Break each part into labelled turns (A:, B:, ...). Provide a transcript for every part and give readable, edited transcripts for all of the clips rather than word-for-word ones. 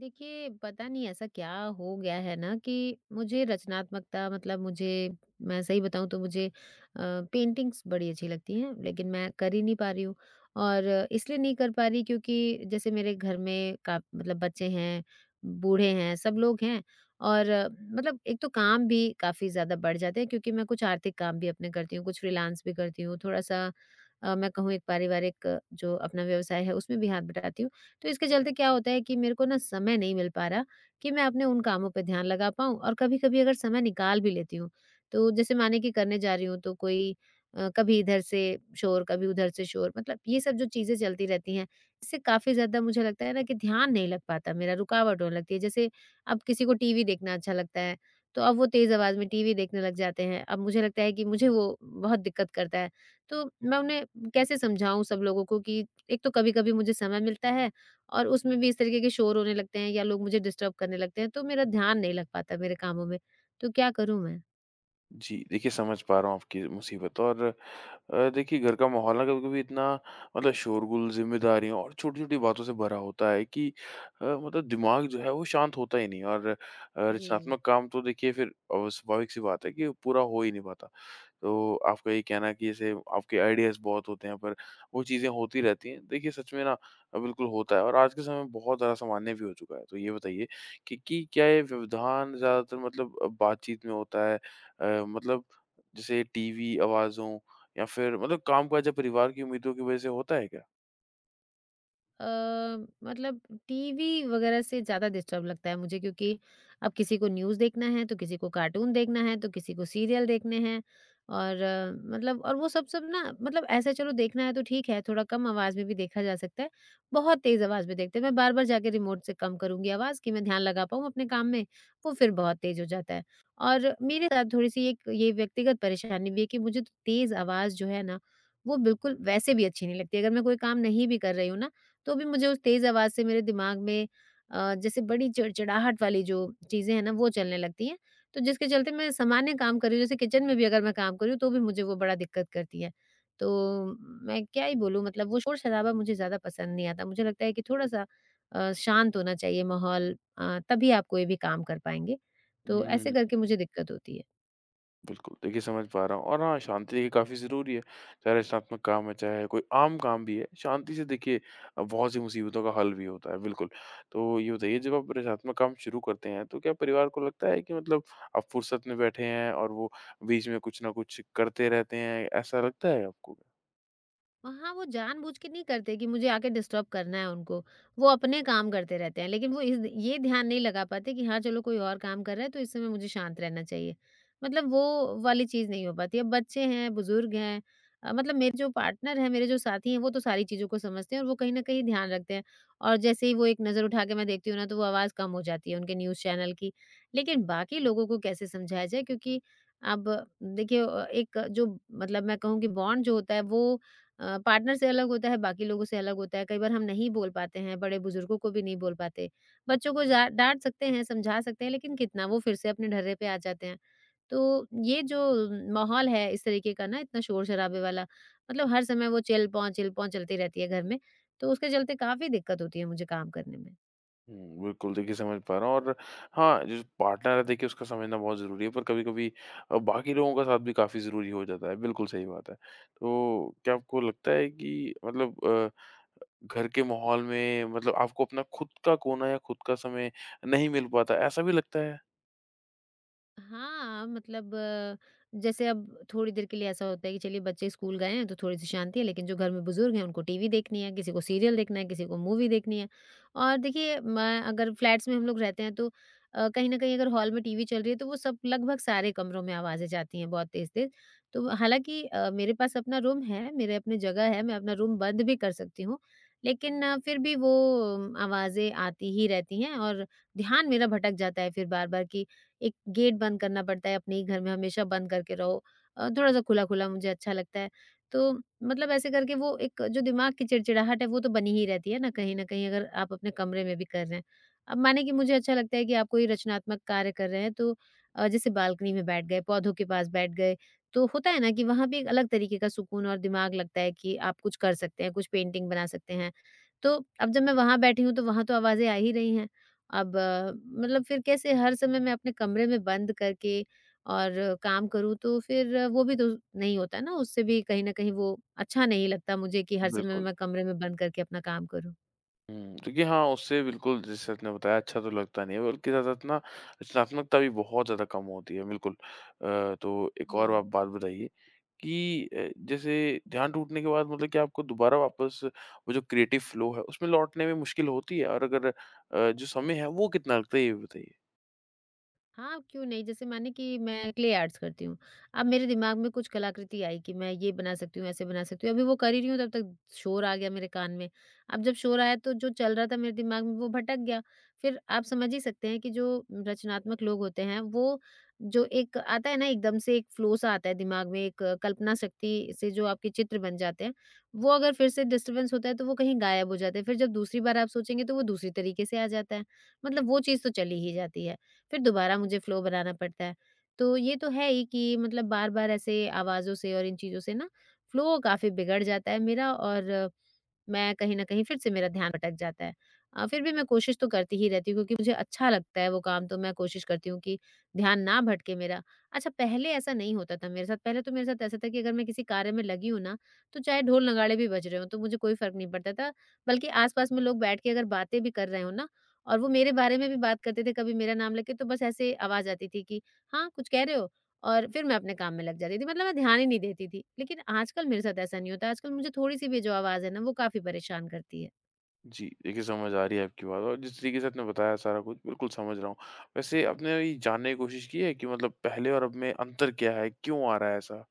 A: देखिए, पता नहीं ऐसा क्या हो गया है ना कि मुझे रचनात्मकता मतलब मुझे मैं सही बताऊँ तो मुझे पेंटिंग्स बड़ी अच्छी लगती हैं, लेकिन मैं कर ही नहीं पा रही हूँ और इसलिए नहीं कर पा रही क्योंकि जैसे मेरे घर में का मतलब बच्चे हैं, बूढ़े हैं, सब लोग हैं और मतलब एक तो काम भी काफ़ी ज़्यादा बढ़ जाते हैं क्योंकि मैं कुछ आर्थिक काम भी अपने करती हूँ, कुछ फ्रीलांस भी करती हूँ, थोड़ा-सा मैं कहूँ एक पारिवारिक जो अपना व्यवसाय है उसमें भी हाथ बटाती हूँ। तो इसके चलते क्या होता है कि मेरे को ना समय नहीं मिल पा रहा कि मैं अपने उन कामों पे ध्यान लगा पाऊँ और कभी-कभी अगर समय निकाल भी लेती हूँ, तो जैसे माने कि करने जा रही हूँ तो कोई कभी इधर से शोर, कभी उधर से शोर मतलब ये सब जो चीज़ें चलती रहती हैं, इससे काफ़ी ज़्यादा मुझे लगता है ना कि ध्यान नहीं लग पाता मेरा, रुकावट होने लगती है। जैसे अब किसी को टीवी देखना अच्छा लगता है, तो अब वो तेज़ आवाज़ में टीवी देखने लग जाते हैं। अब मुझे लगता है कि मुझे वो बहुत दिक्कत करता है, तो मैं उन्हें कैसे समझाऊँ सब लोगों को कि एक तो कभी-कभी मुझे समय मिलता है और उसमें भी इस तरीके के शोर होने लगते हैं या लोग मुझे डिस्टर्ब करने लगते हैं, तो मेरा ध्यान नहीं लग पाता मेरे कामों में, तो क्या करूँ मैं?
B: जी, देखिए समझ पा रहा हूँ आपकी मुसीबत। और देखिए घर का माहौल ना कभी-कभी इतना मतलब शोरगुल, ज़िम्मेदारियों और छोटी-छोटी बातों से भरा होता है कि मतलब दिमाग जो है वो शांत होता ही नहीं। और
A: जी।
B: रचनात्मक काम तो देखिए फिर स्वाभाविक सी बात है कि पूरा हो ही नहीं पाता। तो आपका ये कहना कि ऐसे आपके आइडियाज़ बहुत होते हैं पर वो चीज़ें होती रहती हैं। देखिए सच में ना बिल्कुल होता है और आज के समय में बहुत ज़्यादा सामान्य भी हो चुका है। तो ये बताइए कि क्या ये व्यवधान ज़्यादातर मतलब बातचीत में होता है? मतलब जैसे टीवी आवाज़ों या फिर मतलब कामकाज या परिवार की उम्मीदों की वज़ह से होता है क्या?
A: अ, मतलब टीवी वगैरह से ज़्यादा डिस्टर्ब लगता है मुझे क्योंकि अब किसी को न्यूज़ देखना है, तो किसी को कार्टून देखना है, तो किसी को सीरियल देखने हैं और मतलब और वो सब सब ना मतलब ऐसा चलो देखना है तो ठीक है, थोड़ा कम आवाज़ में भी देखा जा सकता है। बहुत तेज़ आवाज़ में देखते हैं, मैं बार-बार जाके रिमोट से कम करूँगी आवाज़ कि मैं ध्यान लगा पाऊँ अपने काम में, वो फिर बहुत तेज़ हो जाता है। और मेरे साथ थोड़ी-सी एक ये व्यक्तिगत परेशानी भी है कि मुझे तो तेज़ आवाज़ जो है ना, वो बिल्कुल वैसे भी अच्छी नहीं लगती। अगर मैं कोई काम नहीं भी कर रही हूँ ना, तो भी मुझे उस तेज़ आवाज़ से मेरे दिमाग में जैसे बड़ी चिड़चिड़ाहट वाली जो चीज़ें हैं ना वो चलने लगती हैं। तो जिसके चलते मैं सामान्य काम कर रही हूँ जैसे किचन में भी अगर मैं काम कर रही हूँ तो भी मुझे वो बड़ा दिक्कत करती है। तो मैं क्या ही बोलूँ मतलब वो शोर-शराबा मुझे ज़्यादा पसंद नहीं आता। मुझे लगता है कि थोड़ा-सा शांत होना चाहिए माहौल तभी आप कोई भी काम कर पाएँगे। तो ऐसे
B: हम्म,
A: करके मुझे दिक्कत होती है।
B: बिल्कुल। देखिए समझ पा रहा हूँ और हाँ, शांति देखिए काफ़ी ज़रूरी है। चाहे रचनात्मक काम है, चाहे कोई आम काम भी है, शांति से देखिए बहुत सी मुसीबतों का हल भी होता है, बिल्कुल। तो ये बताइए जब आप रचनात्मक काम शुरू करते हैं, तो क्या परिवार को लगता है कि मतलब आप फुर्सत में बैठे हैं और वो बीच में कुछ न कुछ करते रहते हैं, ऐसा लगता है आपको?
A: हाँ, वो जानबूझ के नहीं करते कि मुझे आके डिस्टर्ब करना है उनको। वो अपने काम करते रहते हैं, लेकिन वो इस ये ध्यान नहीं लगा पाते कि हाँ, चलो कोई और काम कर रहा है तो इस समय मुझे शांत रहना चाहिए। मतलब वो वाली चीज़ नहीं हो पाती। अब बच्चे हैं, बुज़ुर्ग हैं मतलब मेरे जो पार्टनर हैं, मेरे जो साथी हैं, वो तो सारी चीज़ों को समझते हैं और वो कहीं न कहीं ध्यान रखते हैं। और जैसे ही वो एक नज़र उठा के मैं देखती हूँ ना, तो वो आवाज़ कम हो जाती है उनके न्यूज़ चैनल की। लेकिन बाकी लोगों को कैसे समझाया जाए क्योंकि अब देखिए एक जो मतलब मैं कहूँ कि बॉन्ड जो होता है वो पार्टनर से अलग होता है, बाकी लोगों से अलग होता है। कई बार हम नहीं बोल पाते हैं, बड़े-बुजुर्गों को भी नहीं बोल पाते। बच्चों को जा डाँट सकते हैं, समझा सकते हैं, लेकिन कितना वो फिर से अपने ढर्रे पे आ जाते हैं। तो ये जो माहौल है इस तरीके का ना इतना शोर-शराबे वाला, मतलब हर समय वो चिल-पों, चिल-पों चलती रहती है घर में, तो उसके चलते काफ़ी दिक्कत होती है मुझे काम करने में।
B: हुँ, बिल्कुल। देखिए समझ पा रहा हूँ और हाँ, जो पार्टनर है देखिए उसका समझना बहुत ज़रूरी है पर कभी-कभी बाकी लोगों का साथ भी काफ़ी ज़रूरी हो जाता है। बिल्कुल सही बात है। तो क्या आपको लगता है कि मतलब घर के माहौल में मतलब आपको अपना खुद का कोना या खुद का समय नहीं मिल पाता, ऐसा भी लगता है?
A: हाँ, मतलब जैसे अब थोड़ी देर के लिए ऐसा होता है कि चलिए बच्चे स्कूल गए हैं तो थोड़ी-सी शांति है, लेकिन जो घर में बुजुर्ग हैं उनको टीवी देखनी है, किसी को सीरियल देखना है, किसी को मूवी देखनी है। और देखिए मैं अगर फ्लैट्स में हम लोग रहते हैं तो कहीं न कहीं अगर हॉल में टीवी चल रही है तो वो सब लगभग सारे कमरों में आवाज़ें जाती हैं बहुत तेज़-तेज़। तो हालाँकि मेरे पास अपना रूम है, मेरे अपने जगह है, मैं अपना रूम बंद भी कर सकती हूँ, लेकिन फिर भी वो आवाज़ें आती ही रहती हैं और ध्यान मेरा भटक जाता है फिर बार-बार कि एक गेट बंद करना पड़ता है अपने ही घर में हमेशा बंद करके रहो थोड़ा-सा खुला-खुला मुझे अच्छा लगता है। तो मतलब ऐसे करके वो एक जो दिमाग की चिड़चिड़ाहट है वो तो बनी ही रहती है ना कहीं न कहीं अगर आप अपने कमरे में भी कर रहे हैं। अब माने कि मुझे अच्छा लगता है कि आप कोई रचनात्मक कार्य कर रहे हैं तो जैसे बालकनी में बैठ गए, पौधों के पास बैठ गए, तो होता है ना कि वहाँ भी एक अलग तरीके का सुकून और दिमाग लगता है कि आप कुछ कर सकते हैं, कुछ पेंटिंग बना सकते हैं। तो अब जब मैं वहाँ बैठी हूँ तो वहाँ तो आवाज़ें आ ही रही हैं। अब मतलब फिर कैसे हर समय मैं अपने कमरे में बंद करके और काम करूँ तो फिर वो भी तो नहीं होता ना, उससे भी कहीं न कहीं वो अच्छा नहीं लगता मुझे कि हर समय
B: बिल्कुल।
A: मैं कमरे में बंद करके अपना काम करूँ।
B: देखिए हाँ, उससे बिल्कुल जैसे आपने बताया अच्छा तो लगता नहीं है बल्कि ज़्यादातर ना रचनात्मकता भी बहुत ज़्यादा कम होती है, बिल्कुल। तो एक
A: जी।
B: और आप बात बताइए कि जैसे ध्यान टूटने के बाद मतलब कि आपको दोबारा वापस वो जो क्रिएटिव फ्लो है उसमें लौटने में मुश्किल होती है? और अगर जो समय है वो कितना लगता है ये भी बताइए?
A: हाँ, क्यों नहीं? जैसे माने कि मैं क्ले आर्ट्स करती हूँ। अब मेरे दिमाग में कुछ कलाकृति आई कि मैं ये बना सकती हूँ, ऐसे बना सकती हूँ। अभी वो कर ही रही हूँ तब तक शोर आ गया मेरे कान में। अब जब शोर आया तो जो चल रहा था मेरे दिमाग में वो भटक गया। फिर आप समझ ही सकते हैं कि जो रचनात्मक लोग होते हैं वो जो एक आता है ना एकदम से एक फ्लो सा आता है दिमाग में एक कल्पना शक्ति से जो आपके चित्र बन जाते हैं, वो अगर फिर से डिस्टर्बेंस होता है तो वो कहीं गायब हो जाते हैं। फिर जब दूसरी बार आप सोचेंगे तो वो दूसरी तरीके से आ जाता है। मतलब वो चीज़ तो चली ही जाती है। फिर दोबारा मुझे फ्लो बनाना पड़ता है। तो ये तो है ही कि मतलब बार-बार ऐसे आवाज़ों से और इन चीज़ों से ना फ्लो काफ़ी बिगड़ जाता है मेरा और मैं कहीं न कहीं फिर से मेरा ध्यान भटक जाता है। फिर भी मैं कोशिश तो करती ही रहती हूँ क्योंकि मुझे अच्छा लगता है वो काम तो मैं कोशिश करती हूँ कि ध्यान ना भटके मेरा। अच्छा पहले ऐसा नहीं होता था मेरे साथ, पहले तो मेरे साथ ऐसा था कि अगर मैं किसी कार्य में लगी हूँ ना, तो चाहे ढोल-नगाड़े भी बज रहे हों तो मुझे कोई फ़र्क नहीं पड़ता था। बल्कि आस-पास में लोग बैठ के अगर बातें भी कर रहे हों ना और वो मेरे बारे में भी बात करते थे, कभी मेरा नाम लेके तो बस ऐसे आवाज़ आती थी कि, "हाँ, कुछ कह रहे हो?" और फिर मैं अपने काम में लग जाती थी, मतलब मैं ध्यान ही नहीं देती थी। लेकिन आजकल मेरे साथ ऐसा नहीं होता, आजकल मुझे थोड़ी-सी भी जो आवाज़ है ना, वो काफ़ी परेशान करती है।
B: जी, देखिए समझ आ रही है आपकी बात और जिस तरीके से आपने बताया सारा कुछ बिल्कुल समझ रहा हूँ। वैसे आपने ये जानने की कोशिश की है कि मतलब पहले और अब में अंतर क्या है? क्यों आ रहा है ऐसा?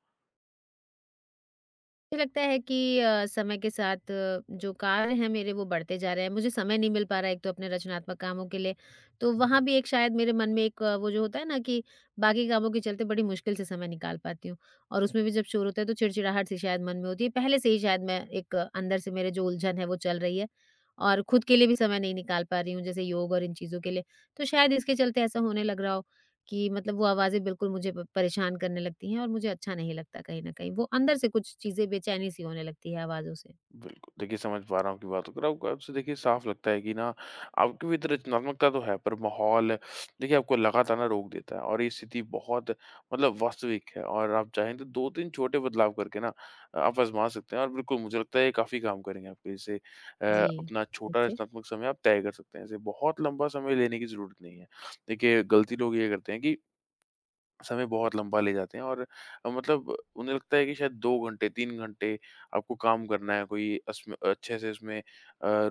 A: मुझे लगता है कि समय के साथ जो कार्य हैं मेरे वो बढ़ते जा रहे हैं। मुझे समय नहीं मिल पा रहा है एक तो अपने रचनात्मक कामों के लिए। तो वहाँ भी एक शायद मेरे मन में एक वो जो होता है ना कि बाकी कामों के चलते बड़ी मुश्किल से समय निकाल पाती हूँ। और उसमें भी जब शोर होता है तो चिड़चिड़ाहट सी शायद मन में होती है। पहले से ही शायद मैं एक अंदर से मेरे जो उलझन है वो चल रही है। और खुद के लिए भी समय नहीं निकाल पा रही हूँ जैसे योग और इन चीज़ों के लिए। तो शायद इसके चलते ऐसा होने लग रहा हो। कि मतलब वो आवाज़ें बिल्कुल मुझे प परेशान करने लगती हैं और मुझे अच्छा नहीं लगता कहीं न कहीं। वो अंदर से कुछ चीज़ें बेचैनी सी होने लगती है आवाज़ों से।
B: बिल्कुल, देखिए समझ पा रहा हूँ आपकी बातों को। और आपको आपसे देखिए साफ लगता है कि ना आपके भीतर रचनात्मकता तो है पर माहौल देखिए आपको लगातार ना रोक देता है और ये स्थिति बहुत मतलब वास्तविक है। और आप चाहें तो 2-3 छोटे बदलाव करके ना आप आज़मा सकते हैं और बिल्कुल मुझे लगता है ये काफ़ी काम करेंगे। आपके जैसे
A: जी।
B: अपना छोटा
A: जैसे?
B: रचनात्मक समय आप तय कर सकते हैं। ऐसे बहुत लंबा समय लेने की ज़रूरत नहीं है। देखिए गलती लोग ये करते हैं कि समय बहुत लंबा ले जाते हैं और मतलब उन्हें लगता है कि शायद 2 घंटे, 3 घंटे आपको काम करना है कोई अस्म अच्छे से इसमें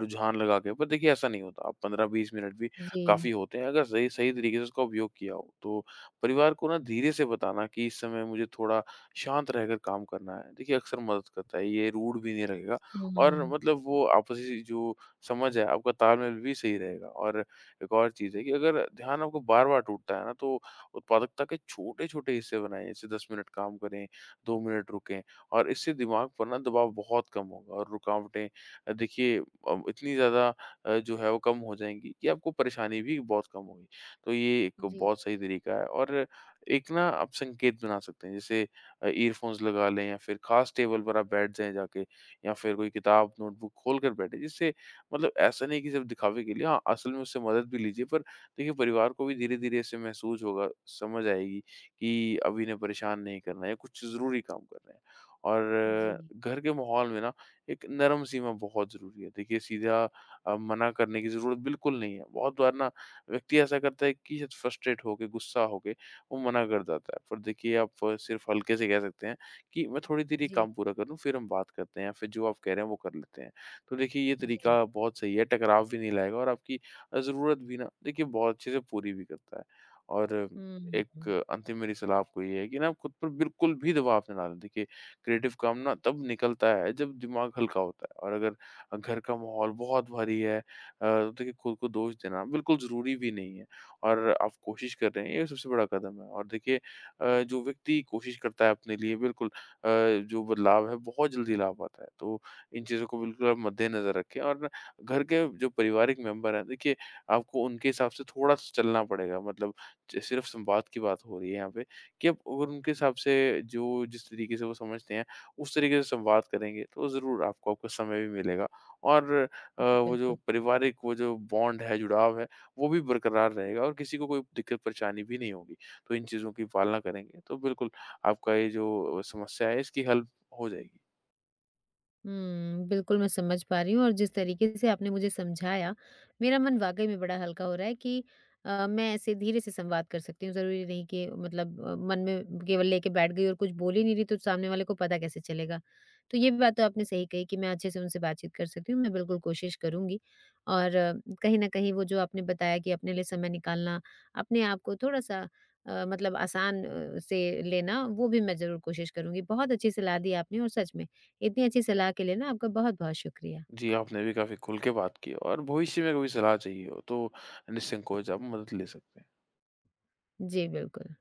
B: रुझान लगा के। पर देखिए ऐसा नहीं होता, आप 15-20 मिनट भी
A: जी।
B: काफ़ी होते हैं अगर सही सही तरीके से उसका उपयोग किया हो। तो परिवार को ना धीरे से बताना कि इस समय मुझे थोड़ा शांत रहकर काम करना है, देखिए अक्सर मदद करता है, ये रूड भी नहीं रहेगा और
A: हुँ।
B: मतलब वो आपसी जो समझ है, आपका तालमेल भी सही रहेगा। और एक और चीज़ है कि अगर ध्यान आपको बार-बार टूटता है ना, तो उत्पादकता के छोटे-छोटे हिस्से बनाएँ, जैसे 10 मिनट काम करें, 2 मिनट रुकें और इससे दिमाग पर ना दबाव बहुत कम होगा और रुकावटें देखिए इतनी ज़्यादा जो है वो कम हो जाएँगी कि आपको परेशानी भी बहुत कम होगी। तो ये एक
A: जी,
B: बहुत सही तरीका है। और एक ना आप संकेत बना सकते हैं, जैसे ईयरफ़ोन्स लगा लें या फिर खास टेबल पर आप बैठ जाएँ जाके या फिर कोई किताब, नोटबुक खोल कर बैठें, जिससे मतलब ऐसा नहीं कि सिर्फ़ दिखावे के लिए। हाँ, असल में उससे मदद भी लीजिए पर देखिए परिवार को भी धीरे-धीरे इससे महसूस होगा, समझ आएगी कि अब इन्हें परेशान नहीं करना है, कुछ ज़रूरी काम कर रहे हैं। और
A: जी,
B: घर के माहौल में ना एक नरम सीमा बहुत ज़रूरी है। देखिए सीधा मना करने की ज़रूरत बिल्कुल नहीं है। बहुत बार ना व्यक्ति ऐसा करता है कि शायद फ्रस्ट्रेट होके, गुस्सा होके वो मना कर जाता है। पर देखिए आप सिर्फ हल्के से कह सकते हैं कि मैं थोड़ी देर ये
A: जी,
B: काम पूरा कर लूँ फिर हम बात करते हैं या फिर जो आप कह रहे हैं वो कर लेते हैं। तो देखिए ये
A: जी।
B: तरीका बहुत सही है, टकराव भी नहीं लाएगा और आपकी ज़रूरत भी ना देखिए बहुत अच्छे से पूरी भी करता है। और
A: हुँ, हुँ,
B: एक
A: हुँ।
B: अंतिम मेरी सलाह आपको ये है कि ना आप खुद पर बिल्कुल भी दबाव ना डालें। देखिए क्रिएटिव काम ना तब निकलता है जब दिमाग हल्का होता है और अगर घर का माहौल बहुत भारी है तो देखिए खुद को दोष देना बिल्कुल ज़रूरी भी नहीं है और आप कोशिश कर रहे हैं, ये सबसे बड़ा कदम है। और देखिए जो व्यक्ति कोशिश करता है अपने लिए बिल्कुल जो बदलाव है बहुत जल्दी ला पाता है। तो इन चीज़ों को बिल्कुल आप मद्देनज़र रखें। और ना घर के जो पारिवारिक मेंबर हैं देखिए आपको उनके हिसाब से थोड़ा-सा चलना पड़ेगा। मतलब च सिर्फ़ संवाद की बात हो रही है यहाँ पे कि अब अगर उनके हिसाब से जो जिस तरीके से वो समझते हैं, उस तरीके से संवाद करेंगे तो ज़रूर आपको आपका समय भी मिलेगा। और
A: जी, बिल्कुल।
B: वो जो बॉन्ड है, जुड़ाव है, वो भी बरकरार रहेगा और किसी को कोई दिक्कत परेशानी भी नहीं होगी। तो इन चीज़ों की पालना करेंगे तो बिल्कुल आपका ये जो समस्या है इसकी हल हो जाएगी।
A: हुँ, बिल्कुल मैं समझ पा रही हूँ और जिस तरीके से आपने मुझे समझाया, मेरा मन वाक़ई में बड़ा हल्का हो रहा है कि मैं ऐसे धीरे से संवाद कर सकती हूँ। ज़रूरी नहीं कि मतलब मन में केवल लेके बैठ गई और कुछ बोल ही नहीं रही, तो सामने वाले को पता कैसे चलेगा। तो ये भी बात तो आपने सही कही कि मैं अच्छे से उनसे बातचीत कर सकती हूँ, मैं बिल्कुल कोशिश करूँगी। और कहीं न कहीं वो जो आपने बताया कि अपने लिए समय निकालना, अपने आप को थोड़ा-सा मतलब आसान से लेना, वो भी मैं ज़रूर कोशिश करूँगी। बहुत अच्छी सलाह दी आपने और सच में इतनी अच्छी सलाह के लिए ना आपका बहुत-बहुत शुक्रिया।
B: जी, आपने भी काफ़ी खुल के बात की और भविष्य में कभी सलाह चाहिए हो तो निसंकोच आप मदद ले सकते हैं।
A: जी, बिल्कुल।